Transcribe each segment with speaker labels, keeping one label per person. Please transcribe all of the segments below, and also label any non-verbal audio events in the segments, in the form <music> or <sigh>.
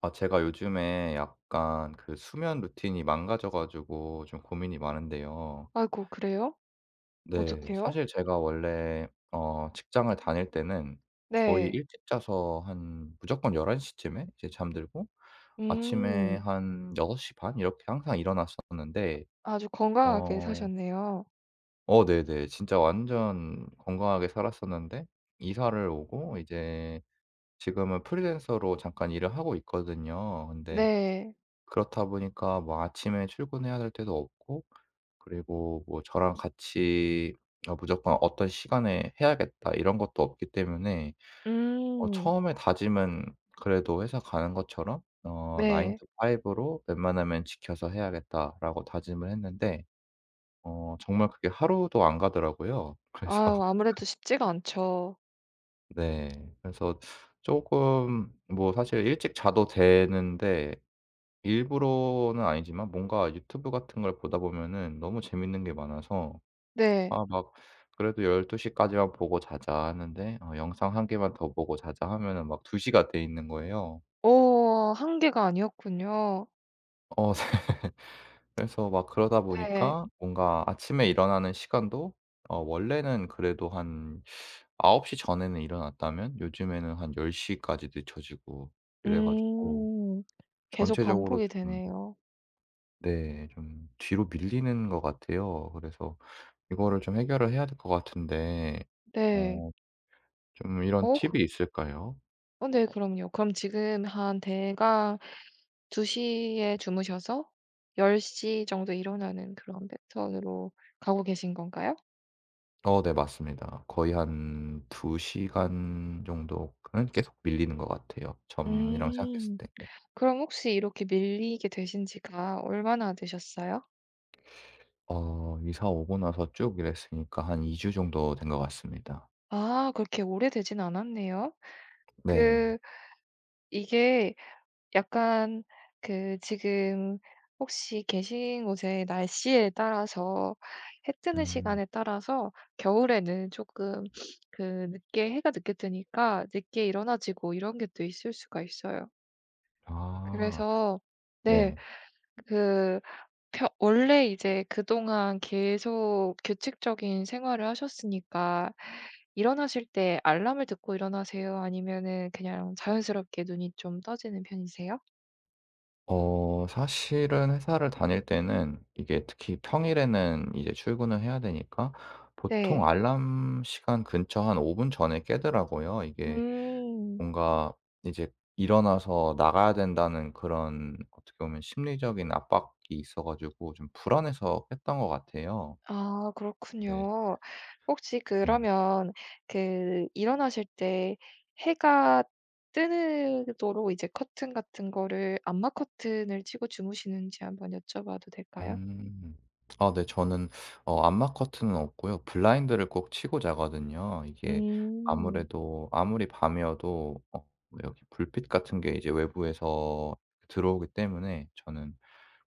Speaker 1: 아, 제가 요즘에 약간 그 수면 루틴이 망가져 가지고 좀 고민이 많은데요.
Speaker 2: 아이고 그래요?
Speaker 1: 네.
Speaker 2: 어떡해요?
Speaker 1: 사실 제가 원래 직장을 다닐 때는 거의
Speaker 2: 네.
Speaker 1: 일찍 자서 한 무조건 1 1시 쯤에 이제 잠들고 아침에
Speaker 2: 음.
Speaker 1: 한6시 반 이렇게 항상 일어났었는데
Speaker 2: 아주 건강하게
Speaker 1: 어
Speaker 2: 사셨네요.
Speaker 1: 네네. 진짜 완전 건강하게 살았었는데 이사를 오고 이제 지금은 프리랜서로 잠깐 일을 하고 있거든요. 근데
Speaker 2: 네.
Speaker 1: 그렇다 보니까 뭐 아침에 출근해야 될 때도 없고, 그리고 뭐 저랑 같이 무조건 '어떤 시간에 해야겠다' 이런 것도 없기 때문에
Speaker 2: 음.
Speaker 1: 처음에 다짐은 그래도 회사 가는 것처럼 9
Speaker 2: 네.
Speaker 1: to 5 로 '웬만하면 지켜서 해야겠다'라고 다짐을 했는데 정말 그게 하루도 안 가더라고요. 그래서
Speaker 2: 아유
Speaker 1: <laughs>
Speaker 2: 아무래도 쉽지가 않죠.
Speaker 1: 네. 그래서 조금, 뭐 사실 일찍 자도 되는데 일부러는 아니지만 뭔가 유튜브 같은 걸 보다 보면은 너무 재밌는 게 많아서,
Speaker 2: 네.
Speaker 1: 아 막 그래도 12 시까지만 보고 자자 하는데 영상 한 개만 더 보고 자자 하면은 막 2 시가 돼 있는 거예요.
Speaker 2: 오 한계가 아니었군요.
Speaker 1: 어 <laughs> 네. 그래서 막 그러다
Speaker 2: 네.
Speaker 1: 보니까 뭔가 아침에 일어나는 시간도 원래는 그래도 한 9시 전에는 일어났다면 요즘에는 한 10 시까지 늦춰지고 이래 가지고
Speaker 2: 음. 계속
Speaker 1: 전체적으로
Speaker 2: 반복이
Speaker 1: 좀,
Speaker 2: 되네요.
Speaker 1: 네, 좀 뒤로 밀리는 것 같아요. 그래서 이거를 좀 해결을 해야 될 것 같은데,
Speaker 2: 네.
Speaker 1: 어 좀 이런
Speaker 2: 어
Speaker 1: 팁이
Speaker 2: 그
Speaker 1: 있을까요?
Speaker 2: 네, 그럼요. 그럼 지금 한 대강 2시에 주무셔서 10 정도 일어나는 그런 패턴으로 가고 계신 건가요?
Speaker 1: 네, 맞습니다. 거의 한 2 시간 정도는 계속 밀리는 것 같아요, 전이랑 생각했을
Speaker 2: 음.
Speaker 1: 때. 네.
Speaker 2: 그럼 혹시 이렇게 밀리게 되신 지가 얼마나 되셨어요?
Speaker 1: 이사 오고 나서 쭉 일했으니까 한 2주 정도 된 것 같습니다.
Speaker 2: 아, 그렇게 오래되진 않았네요.
Speaker 1: 네.
Speaker 2: 그 이게 약간 지금 혹시 계신 곳의 날씨에 따라서 해 뜨는
Speaker 1: 음.
Speaker 2: 시간에 따라서 겨울에는 조금 늦게, 해가 늦게 뜨니까 늦게 일어나지고 이런 게 또 있을 수가 있어요.
Speaker 1: 아.
Speaker 2: 그래서 네.
Speaker 1: 네.
Speaker 2: 그 펴 원래 이제 그동안 계속 규칙적인 생활을 하셨으니까 일어나실 때 알람을 듣고 일어나세요? 아니면은 그냥 자연스럽게 눈이 좀 떠지는 편이세요?
Speaker 1: 사실은 회사를 다닐 때는 이게 특히 평일에는 이제 출근을 해야 되니까 보통
Speaker 2: 네.
Speaker 1: 알람 시간 근처 한 5분 전에 깨더라고요. 이게
Speaker 2: 음.
Speaker 1: 뭔가 이제 일어나서 나가야 된다는 그런, 어떻게 보면 심리적인 압박이 있어 가지고 좀 불안해서 깼던 것 같아요.
Speaker 2: 아,
Speaker 1: 네.
Speaker 2: 그렇군요. 혹시
Speaker 1: 네.
Speaker 2: 그러면 일어나실 때 해가 뜨도록 이제 커튼 같은 거를 암막 커튼을 치고 주무시는지 한번 여쭤봐도 될까요?
Speaker 1: 음. 아, 네. 저는 암막 커튼은 없고요. 블라인드를 꼭 치고 자거든요. 이게
Speaker 2: 음.
Speaker 1: 아무래도 아무리 밤이어도 뭐 여기 불빛 같은 게 이제 외부에서 들어오기 때문에, 저는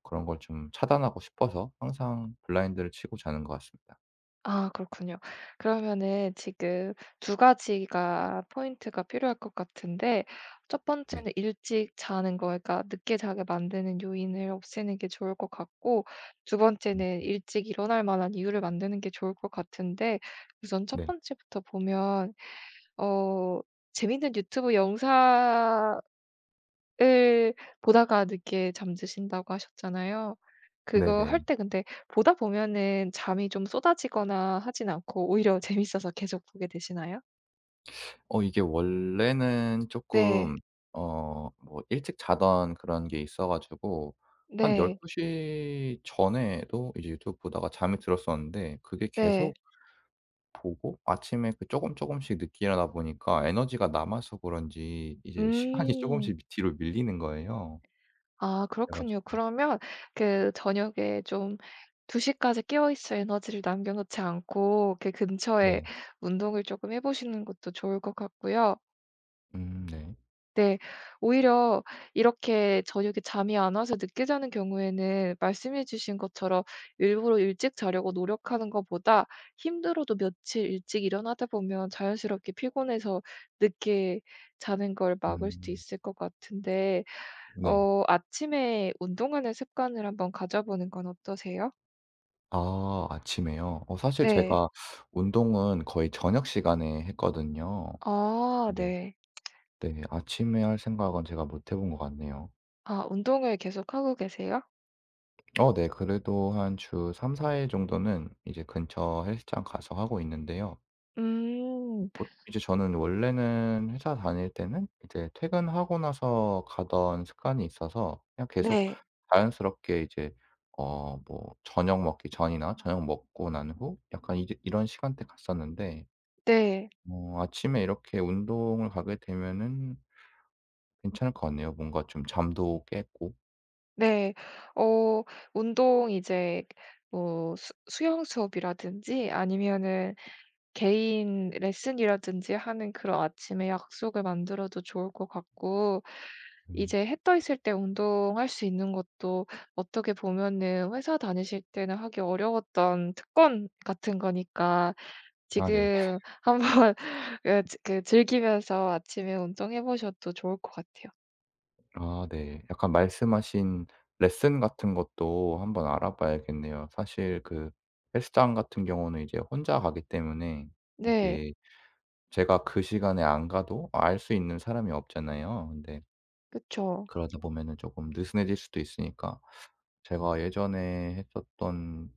Speaker 1: 그런 걸 좀 차단하고 싶어서 항상 블라인드를 치고 자는 것 같습니다.
Speaker 2: 아, 그렇군요. 그러면은 지금 두 가지가 포인트가 필요할 것 같은데 첫
Speaker 1: 네.
Speaker 2: 번째는 일찍 자는 거, 그러니까 늦게 자게 만드는 요인을 없애는 게 좋을 것 같고 두
Speaker 1: 음,
Speaker 2: 번째는 일찍 일어날 만한 이유를 만드는 게 좋을 것 같은데 우선 첫
Speaker 1: 네.
Speaker 2: 번째부터 보면 어 재밌는 유튜브 영상 을 보다가 늦게 잠드신다고 하셨잖아요. 그거 할
Speaker 1: 네네.
Speaker 2: 때 근데 보다 보면은 잠이 좀 쏟아지거나 하진 않고 오히려 <laughs> 재밌어서 계속 보게 되시나요?
Speaker 1: 이게 원래는
Speaker 2: 네.
Speaker 1: 쪼끔, 뭐 일찍 자던 그런 게 있어 가지고 한 1
Speaker 2: 네.
Speaker 1: 2시 전에도 이제 유튜브 보다가 잠이 들었었는데, 그게
Speaker 2: 네.
Speaker 1: 계속 보고 아침에 그 쪼금 쪼금씩 늦게 일어나다 보니까 에너지가 남아서 그런지 이제 시간이
Speaker 2: 음.
Speaker 1: 쪼금씩 밑 뒤로 밀리는 거예요.
Speaker 2: 아,
Speaker 1: 그래
Speaker 2: 그렇군요.
Speaker 1: 가지고.
Speaker 2: 그러면 저녁에 좀 2 시까지 깨어 있을 에너지를 남겨 놓지 않고 그 근처에
Speaker 1: 네.
Speaker 2: 운동을 쪼끔 해 보시는 것도 좋을 것 같고요.
Speaker 1: 음, 네.
Speaker 2: 네. 오히려 이렇게 저녁에 잠이 안 와서 늦게 자는 경우에는 말씀해 주신 것처럼 일부러 일찍 자려고 노력하는 것보다 힘들어도 며칠 일찍 일어나다 보면 자연스럽게 피곤해서 늦게 자는 걸 막을 수도
Speaker 1: 음,
Speaker 2: 있을 것 같은데
Speaker 1: 네.
Speaker 2: 아침에 운동하는 습관을 한번 가져보는 건 어떠세요?
Speaker 1: 아, 아침에요? 사실
Speaker 2: 네.
Speaker 1: 제가 운동은 거의 저녁 시간에 했거든요.
Speaker 2: 아
Speaker 1: 네.
Speaker 2: 네.
Speaker 1: 네. 아침에 할 생각은 제가 못 해본 것 같네요.
Speaker 2: 아, 운동을 계속하고 계세요?
Speaker 1: 네. 그래도 한 주 3-4일 정도는 이제 근처 헬스장 가서 하고 있는데요.
Speaker 2: 음.
Speaker 1: 보 이제 저는 원래는 회사 다닐 때는 이제 퇴근하고 나서 가던 습관이 있어서 그냥 계속
Speaker 2: 네.
Speaker 1: 자연스럽게 이제 뭐 저녁 먹기 전이나 저녁 먹고 난 후 약간 이제 이런 시간대 갔었는데,
Speaker 2: 네.
Speaker 1: 아침에 이렇게 운동을 가게 되면은 괜찮을 것 같네요. 뭔가 좀 잠도 깼고.
Speaker 2: 네. 어 운동 이제 뭐 수 수영 수업이라든지 아니면은 개인 레슨이라든지 하는 그런 아침에 약속을 만들어도 좋을 것 같고
Speaker 1: 음.
Speaker 2: 이제 해 떠 있을 때 운동할 수 있는 것도 어떻게 보면은 회사 다니실 때는 하기 어려웠던 특권 같은 거니까
Speaker 1: 아, 네.
Speaker 2: 지금 한번 <laughs> 즐기면서 아침에 운동해 보셔도 좋을 것 같아요.
Speaker 1: 아, 네. 약간 말씀하신 레슨 같은 것도 한번 알아봐야겠네요. 사실 그 헬스장 같은 경우는 이제 혼자 가기 때문에
Speaker 2: 네.
Speaker 1: 이게 제가 그 시간에 안 가도 알 수 있는 사람이 없잖아요. 근데
Speaker 2: 그쵸.
Speaker 1: 그러다 보면은 조금 느슨해질 수도 있으니까, 제가 예전에 했었던,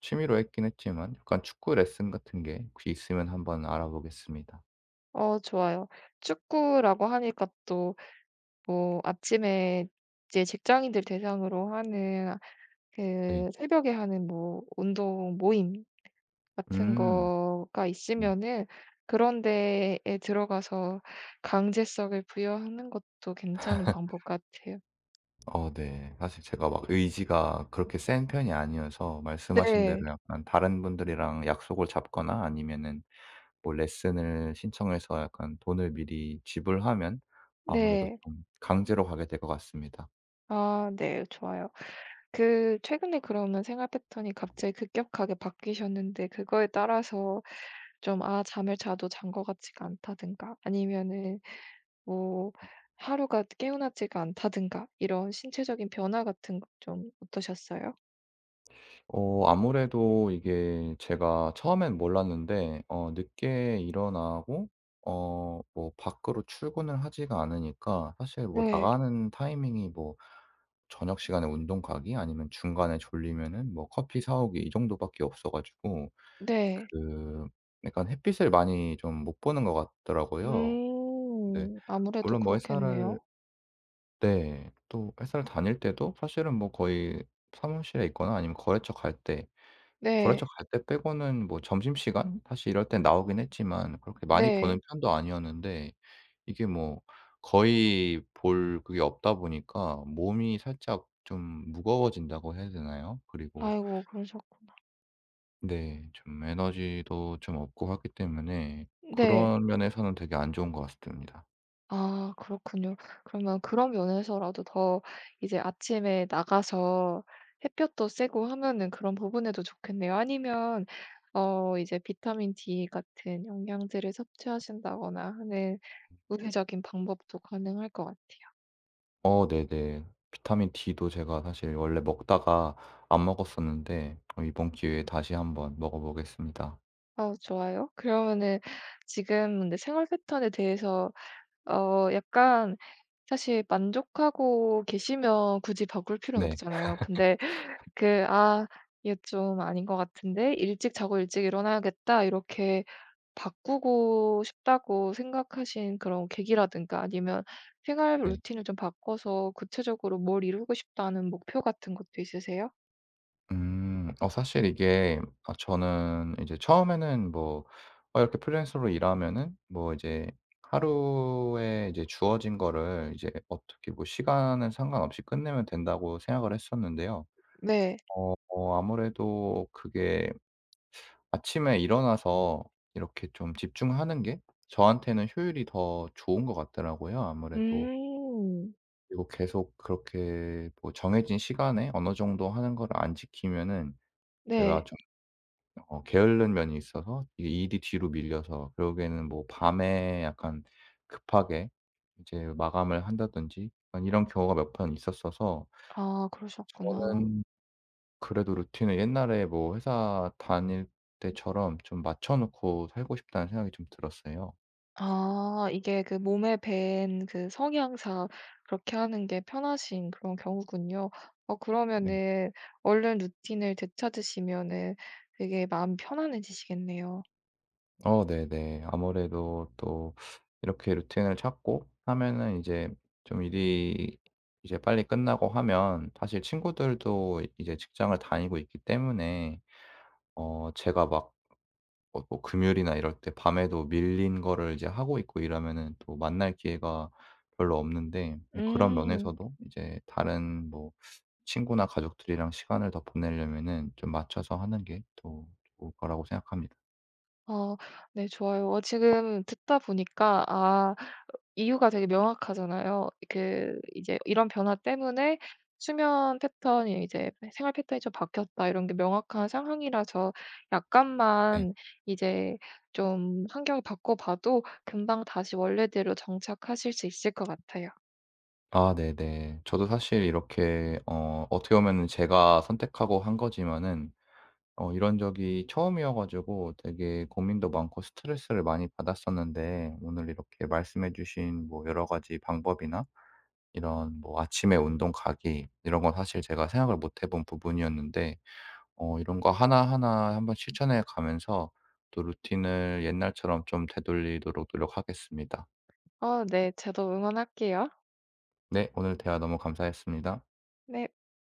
Speaker 1: 취미로 했긴 했지만 약간 축구 레슨 같은 게 혹시 있으면 한번 알아보겠습니다.
Speaker 2: 좋아요. 축구라고 하니까 또 뭐 아침에 이제 직장인들 대상으로 하는
Speaker 1: 네.
Speaker 2: 새벽에 하는 뭐 운동 모임 같은
Speaker 1: 음.
Speaker 2: 거가
Speaker 1: 네.
Speaker 2: 있으면은 그런 데에 들어가서 강제성을 부여하는 것도 괜찮은 방법 같아요.
Speaker 1: 네. 사실 제가 막 의지가 그렇게 센 편이 아니어서, 말씀하신 대로
Speaker 2: 네.
Speaker 1: 약간 다른 분들이랑 약속을 잡거나 아니면은 뭐 레슨을 신청해서 약간 돈을 미리 지불하면 아무래도
Speaker 2: 네.
Speaker 1: 좀 강제로 가게 될 것 같습니다.
Speaker 2: 아 네. 좋아요. 최근에 그러면 생활 패턴이 갑자기 급격하게 바뀌셨는데 그거에 따라서 좀 '아, 잠을 자도 잔 것 같지가 않다.'든가 아니면은 뭐 하루가 개운하지가 않다든가 이런 신체적인 변화 같은 거 좀 어떠셨어요?
Speaker 1: 아무래도 이게 제가 처음엔 몰랐는데, 늦게 일어나고 뭐 밖으로 출근을 하지가 않으니까 사실 뭐
Speaker 2: 네.
Speaker 1: 나가는 타이밍이, 뭐 저녁 시간에 운동 가기 아니면 중간에 졸리면은 뭐 커피 사 오기 이 정도밖에 없어 가지고
Speaker 2: 네.
Speaker 1: 그 약간 햇빛을 많이 좀 못 보는 것 같더라고요. 근데
Speaker 2: 음. 아무래도
Speaker 1: 물론 뭐 회사를,
Speaker 2: 그렇겠네요.
Speaker 1: 네. 또 회사를 다닐 때도 사실은 뭐 거의 사무실에 있거나 아니면 거래처 갈 때, 거래처, 네,
Speaker 2: 네.
Speaker 1: 갈 때 빼고는 뭐 점심시간 사실 이럴 때 나오긴 했지만 그렇게 많이
Speaker 2: 네.
Speaker 1: 보는 편도 아니었는데 이게 뭐 거의 볼 그게 없다 보니까 몸이 살짝 좀 무거워진다고 해야 되나요? 그리고
Speaker 2: 아이고 그러셨구나.
Speaker 1: 네, 좀 에너지도 좀 없고 하기 때문에
Speaker 2: 네.
Speaker 1: 그런 면에서는 되게 안 좋은 것 같습니다.
Speaker 2: 아, 그렇군요. 그러면 그런 면에서라도 더 이제 아침에 나가서 햇볕도 쐬고 하면은 그런 부분에도 좋겠네요. 아니면 이제 비타민 D 같은 영양제를 섭취하신다거나 하는 우회적인 방법도 가능할 것 같아요.
Speaker 1: 네네. 비타민 D도 제가 사실 원래 먹다가 안 먹었었는데 이번 기회에 다시 한번 먹어 보겠습니다.
Speaker 2: 아, 좋아요. 그러면은 지금 근데 생활 패턴에 대해서 약간 사실 만족하고 계시면 굳이 바꿀 필요는
Speaker 1: 네.
Speaker 2: 없잖아요. 근데 '아, 이게 좀 아닌 것 같은데 일찍 자고 일찍 일어나야겠다.' 이렇게 바꾸고 싶다고 생각하신 그런 계기라든가 아니면 생활
Speaker 1: 네.
Speaker 2: 루틴을 좀 바꿔서 구체적으로 뭘 이루고 싶다는 목표 같은 것도 있으세요?
Speaker 1: 음. 사실 이게, 아, 저는 이제 처음에는 뭐 이렇게 프리랜서로 일하면은 뭐 이제 하루에 이제 주어진 거를 이제 어떻게, 뭐 시간은 상관없이 끝내면 된다고 생각을 했었는데요.
Speaker 2: 네.
Speaker 1: 아무래도 그게 아침에 일어나서 이렇게 좀 집중하는 게 저한테는 효율이 더 좋은 것 같더라고요, 아무래도.
Speaker 2: 음.
Speaker 1: 그리고 계속 그렇게 뭐 정해진 시간에 어느 정도 하는 걸 안 지키면은 제가
Speaker 2: 네.
Speaker 1: 좀 게으른 면이 있어서 이게 일이 뒤로 밀려서 결국에는 뭐 밤에 약간 급하게 이제 마감을 한다든지 약간 이런 경우가 몇 번 있었어서,
Speaker 2: 아, 그러셨구나.
Speaker 1: 저는 그래도 루틴을 옛날에 뭐 회사 다닐 때처럼 좀 맞춰 놓고 살고 싶다는 생각이 좀 들었어요.
Speaker 2: 아, 이게 그 몸에 밴 그 성향상 그렇게 하는 게 편하신 그런 경우군요.
Speaker 1: 네.
Speaker 2: 그러면은 얼른 루틴을 되찾으시면은 되게 마음이 편안해지시겠네요.
Speaker 1: 네네. 아무래도 또 이렇게 루틴을 찾고 하면은 이제 좀 일이 이제 빨리 끝나고 하면, 사실 친구들도 이제 직장을 다니고 있기 때문에 제가 막 뭐 금요일이나 이럴 때 밤에도 밀린 거를 이제 하고 있고 이러면은 또 만날 기회가 별로 없는데, 근데 그런
Speaker 2: 음.
Speaker 1: 면에서도 이제 다른 뭐 친구나 가족들이랑 시간을 더 보내려면은 좀 맞춰서 하는 게 더 좋을 거라고 생각합니다.
Speaker 2: 어 네, 좋아요. 지금 듣다 보니까 아, 이유가 되게 명확하잖아요. 이제 이런 변화 때문에 수면 패턴이 이제 생활 패턴이 좀 바뀌었다 이런 게 명확한 상황이라서
Speaker 1: 네.
Speaker 2: 약간만 이제 좀 환경을 바꿔 봐도 금방 다시 원래대로 정착하실 수 있을 것 같아요.
Speaker 1: 아, 네네. 저도 사실 이렇게 어떻게 보면은 제가 선택하고 한 거지만은 이런 적이 처음이어 가지고 되게 고민도 많고 스트레스를 많이 받았었는데, 오늘 이렇게 말씀해 주신 뭐 여러 가지 방법이나 이런 뭐 아침에 운동 가기, 이런 건 사실 제가 생각을 못 해본 부분이었는데 이런 거 하나하나 한번 실천해 가면서 또 루틴을 옛날처럼 좀 되돌리도록 노력하겠습니다.
Speaker 2: 네, 저도 응원할게요.
Speaker 1: 네, 오늘 대화 너무 감사했습니다.
Speaker 2: 네.